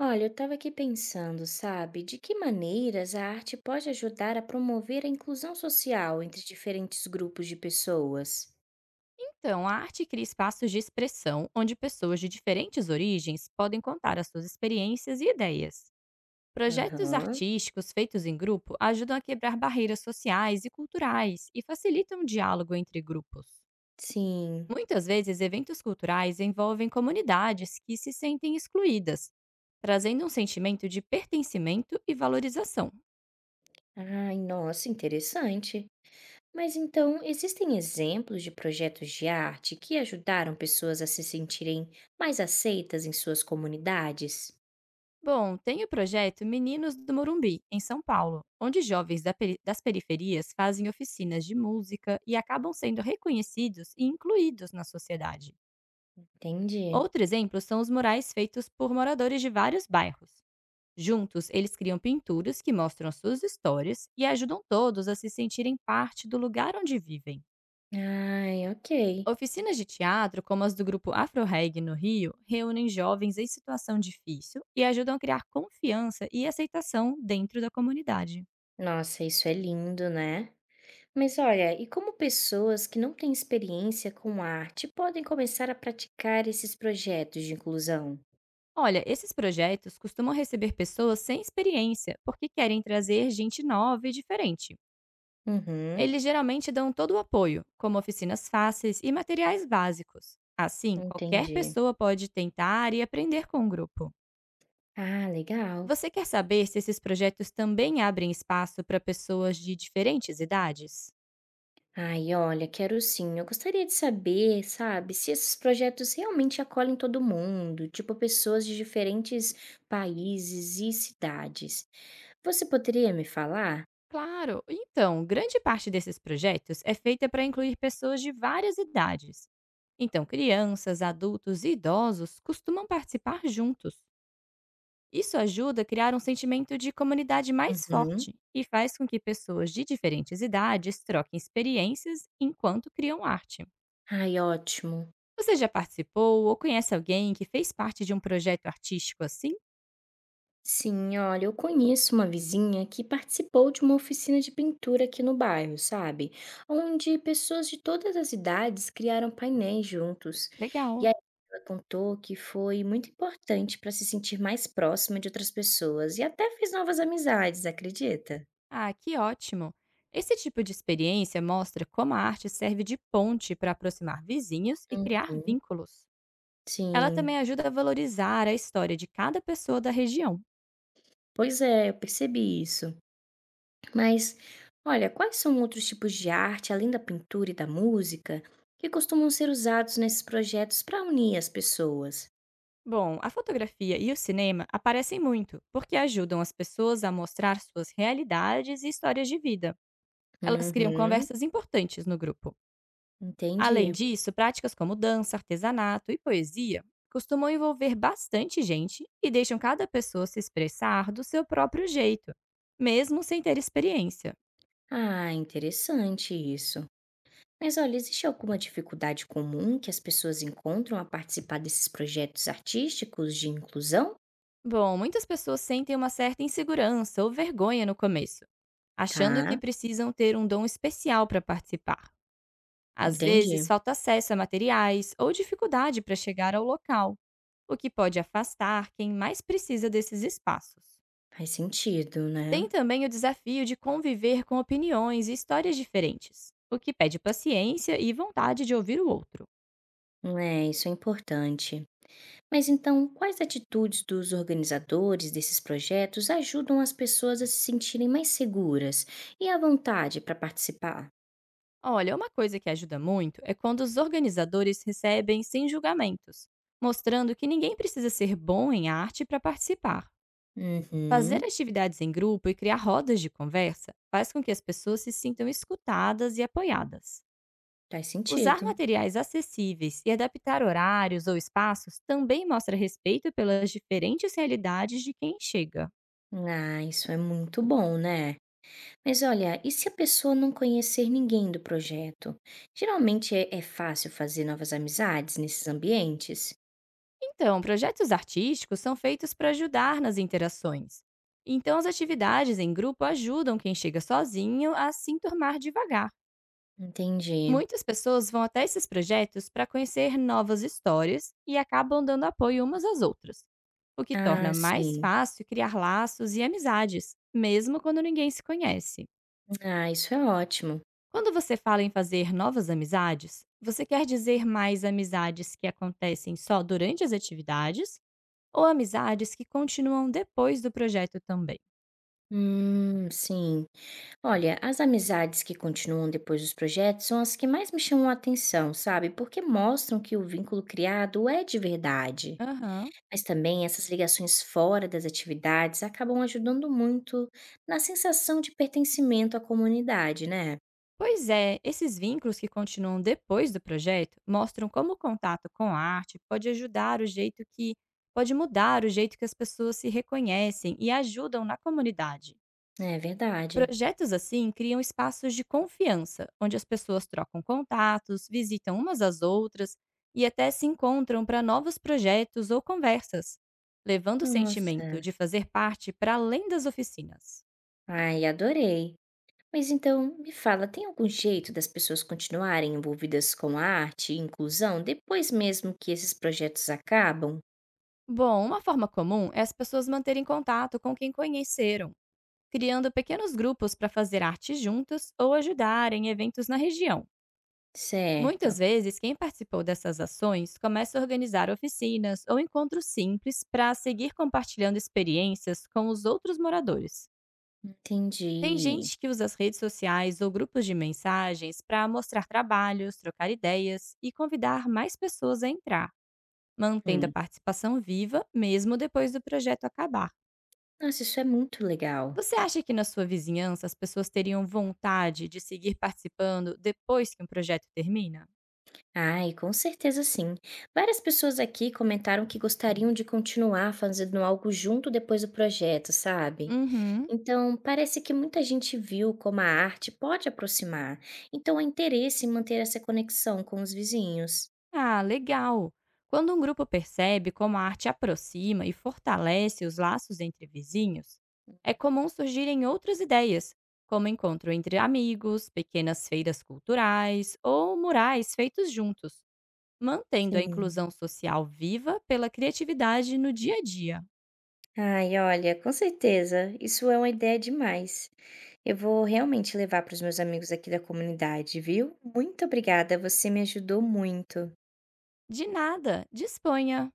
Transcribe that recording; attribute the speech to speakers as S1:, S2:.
S1: Olha, eu estava aqui pensando, sabe, de que maneiras a arte pode ajudar a promover a inclusão social entre diferentes grupos de pessoas?
S2: Então, a arte cria espaços de expressão onde pessoas de diferentes origens podem contar as suas experiências e ideias. Projetos
S1: Aham,
S2: artísticos feitos em grupo ajudam a quebrar barreiras sociais e culturais e facilitam o diálogo entre grupos.
S1: sim.
S2: Muitas vezes, eventos culturais envolvem comunidades que se sentem excluídas, trazendo um sentimento de pertencimento e valorização.
S1: Ai, nossa, interessante. Mas então, existem exemplos de projetos de arte que ajudaram pessoas a se sentirem mais aceitas em suas comunidades?
S2: Bom, tem o projeto Meninos do Morumbi, em São Paulo, onde jovens da das periferias fazem oficinas de música e acabam sendo reconhecidos e incluídos na sociedade.
S1: Entendi.
S2: Outro exemplo são os murais feitos por moradores de vários bairros. Juntos, eles criam pinturas que mostram suas histórias e ajudam todos a se sentirem parte do lugar onde vivem.
S1: Ai, ok.
S2: Oficinas de teatro, como as do grupo Afrorreg no Rio, reúnem jovens em situação difícil e ajudam a criar confiança e aceitação dentro da comunidade.
S1: Nossa, isso é lindo, né? Mas olha, e como pessoas que não têm experiência com arte podem começar a praticar esses projetos de inclusão?
S2: Olha, esses projetos costumam receber pessoas sem experiência, porque querem trazer gente nova e diferente.
S1: Uhum,
S2: Eles geralmente dão todo o apoio, como oficinas fáceis e materiais básicos. Assim, qualquer
S1: entendi.
S2: pessoa pode tentar e aprender com o grupo.
S1: Ah, legal.
S2: Você quer saber se esses projetos também abrem espaço para pessoas de diferentes idades?
S1: Ai, olha, quero sim. Eu gostaria de saber, sabe, se esses projetos realmente acolhem todo mundo, tipo pessoas de diferentes países e cidades. Você poderia me falar?
S2: Claro. Então, grande parte desses projetos é feita para incluir pessoas de várias idades. Então, crianças, adultos e idosos costumam participar juntos. Isso ajuda a criar um sentimento de comunidade mais
S1: Uhum.
S2: forte e faz com que pessoas de diferentes idades troquem experiências enquanto criam arte.
S1: Ai, ótimo.
S2: Você já participou ou conhece alguém que fez parte de um projeto artístico assim?
S1: Sim, olha, eu conheço uma vizinha que participou de uma oficina de pintura aqui no bairro, sabe? Onde pessoas de todas as idades criaram painéis juntos. E
S2: Legal.
S1: aí ela contou que foi muito importante para se sentir mais próxima de outras pessoas e até fez novas amizades, acredita?
S2: Ah, que ótimo! Esse tipo de experiência mostra como a arte serve de ponte para aproximar vizinhos e criar
S1: Uhum.
S2: vínculos. Ela
S1: Sim,
S2: também ajuda a valorizar a história de cada pessoa da região.
S1: pois é, eu percebi isso. Mas, olha, quais são outros tipos de arte, além da pintura e da música, que costumam ser usados nesses projetos para unir as pessoas?
S2: Bom, a fotografia e o cinema aparecem muito, porque ajudam as pessoas a mostrar suas realidades e histórias de vida. Elas criam
S1: Uhum,
S2: conversas importantes no grupo. Além
S1: entendi.
S2: disso, práticas como dança, artesanato e poesia costumam envolver bastante gente e deixam cada pessoa se expressar do seu próprio jeito, mesmo sem ter experiência.
S1: Ah, interessante isso. Mas olha, existe alguma dificuldade comum que as pessoas encontram a participar desses projetos artísticos de inclusão?
S2: Bom, muitas pessoas sentem uma certa insegurança ou vergonha no começo, achando que
S1: Tá,
S2: precisam ter um dom especial para participar. Às vezes,
S1: entendi.
S2: falta acesso a materiais ou dificuldade para chegar ao local, o que pode afastar quem mais precisa desses espaços.
S1: Faz sentido,
S2: Tem
S1: né?
S2: também o desafio de conviver com opiniões e histórias diferentes, o que pede paciência e vontade de ouvir o outro.
S1: É, isso é importante. Mas então, quais atitudes dos organizadores desses projetos ajudam as pessoas a se sentirem mais seguras e à vontade para participar?
S2: Olha, uma coisa que ajuda muito é quando os organizadores recebem sem julgamentos, mostrando que ninguém precisa ser bom em arte para participar. Fazer
S1: Uhum,
S2: atividades em grupo e criar rodas de conversa faz com que as pessoas se sintam escutadas e apoiadas.
S1: faz
S2: Usar
S1: sentido.
S2: materiais acessíveis e adaptar horários ou espaços também mostra respeito pelas diferentes realidades de quem chega.
S1: Ah, isso é muito bom, né? Mas olha, e se a pessoa não conhecer ninguém do projeto? Geralmente é fácil fazer novas amizades nesses ambientes?
S2: Então, projetos artísticos são feitos para ajudar nas interações. Então, as atividades em grupo ajudam quem chega sozinho a se enturmar devagar.
S1: Entendi.
S2: Muitas pessoas vão até esses projetos para conhecer novas histórias e acabam dando apoio umas às outras, o que
S1: Ah,
S2: torna mais
S1: sim.
S2: fácil criar laços e amizades, mesmo quando ninguém se conhece.
S1: Ah, isso é ótimo.
S2: Quando você fala em fazer novas amizades, você quer dizer mais amizades que acontecem só durante as atividades, ou amizades que continuam depois do projeto também?
S1: Sim. Olha, as amizades que continuam depois dos projetos são as que mais me chamam a atenção, sabe? Porque mostram que o vínculo criado é de verdade.
S2: Aham.
S1: Mas também essas ligações fora das atividades acabam ajudando muito na sensação de pertencimento à comunidade, né?
S2: Pois é, esses vínculos que continuam depois do projeto mostram como o contato com a arte pode ajudar o jeito que pode mudar o jeito que as pessoas se reconhecem e ajudam na comunidade.
S1: É verdade.
S2: Projetos assim criam espaços de confiança, onde as pessoas trocam contatos, visitam umas às outras e até se encontram para novos projetos ou conversas, levando o sentimento
S1: Nossa,
S2: de fazer parte para além das oficinas.
S1: ai, adorei. Mas então, me fala, tem algum jeito das pessoas continuarem envolvidas com a arte e inclusão depois mesmo que esses projetos acabam?
S2: Bom, uma forma comum é as pessoas manterem contato com quem conheceram, criando pequenos grupos para fazer arte juntos ou ajudar em eventos na região.
S1: Certo.
S2: Muitas vezes, quem participou dessas ações começa a organizar oficinas ou encontros simples para seguir compartilhando experiências com os outros moradores. Tem
S1: Entendi.
S2: gente que usa as redes sociais ou grupos de mensagens para mostrar trabalhos, trocar ideias e convidar mais pessoas a entrar, mantendo a
S1: Hum.
S2: participação viva mesmo depois do projeto acabar.
S1: Nossa, isso é muito legal.
S2: Você acha que na sua vizinhança as pessoas teriam vontade de seguir participando depois que um projeto termina?
S1: Ai, com certeza sim. Várias pessoas aqui comentaram que gostariam de continuar fazendo algo junto depois do projeto, sabe?
S2: Uhum.
S1: Então, parece que muita gente viu como a arte pode aproximar. Então, há interesse em manter essa conexão com os vizinhos.
S2: Ah, legal. Quando um grupo percebe como a arte aproxima e fortalece os laços entre vizinhos, é comum surgirem outras ideias, como encontro entre amigos, pequenas feiras culturais ou murais feitos juntos, mantendo a
S1: Sim.
S2: inclusão social viva pela criatividade no dia a dia.
S1: Ai, olha, com certeza. Isso é uma ideia demais. Eu vou realmente levar para os meus amigos aqui da comunidade, viu? Muito obrigada, você me ajudou muito.
S2: De nada, disponha!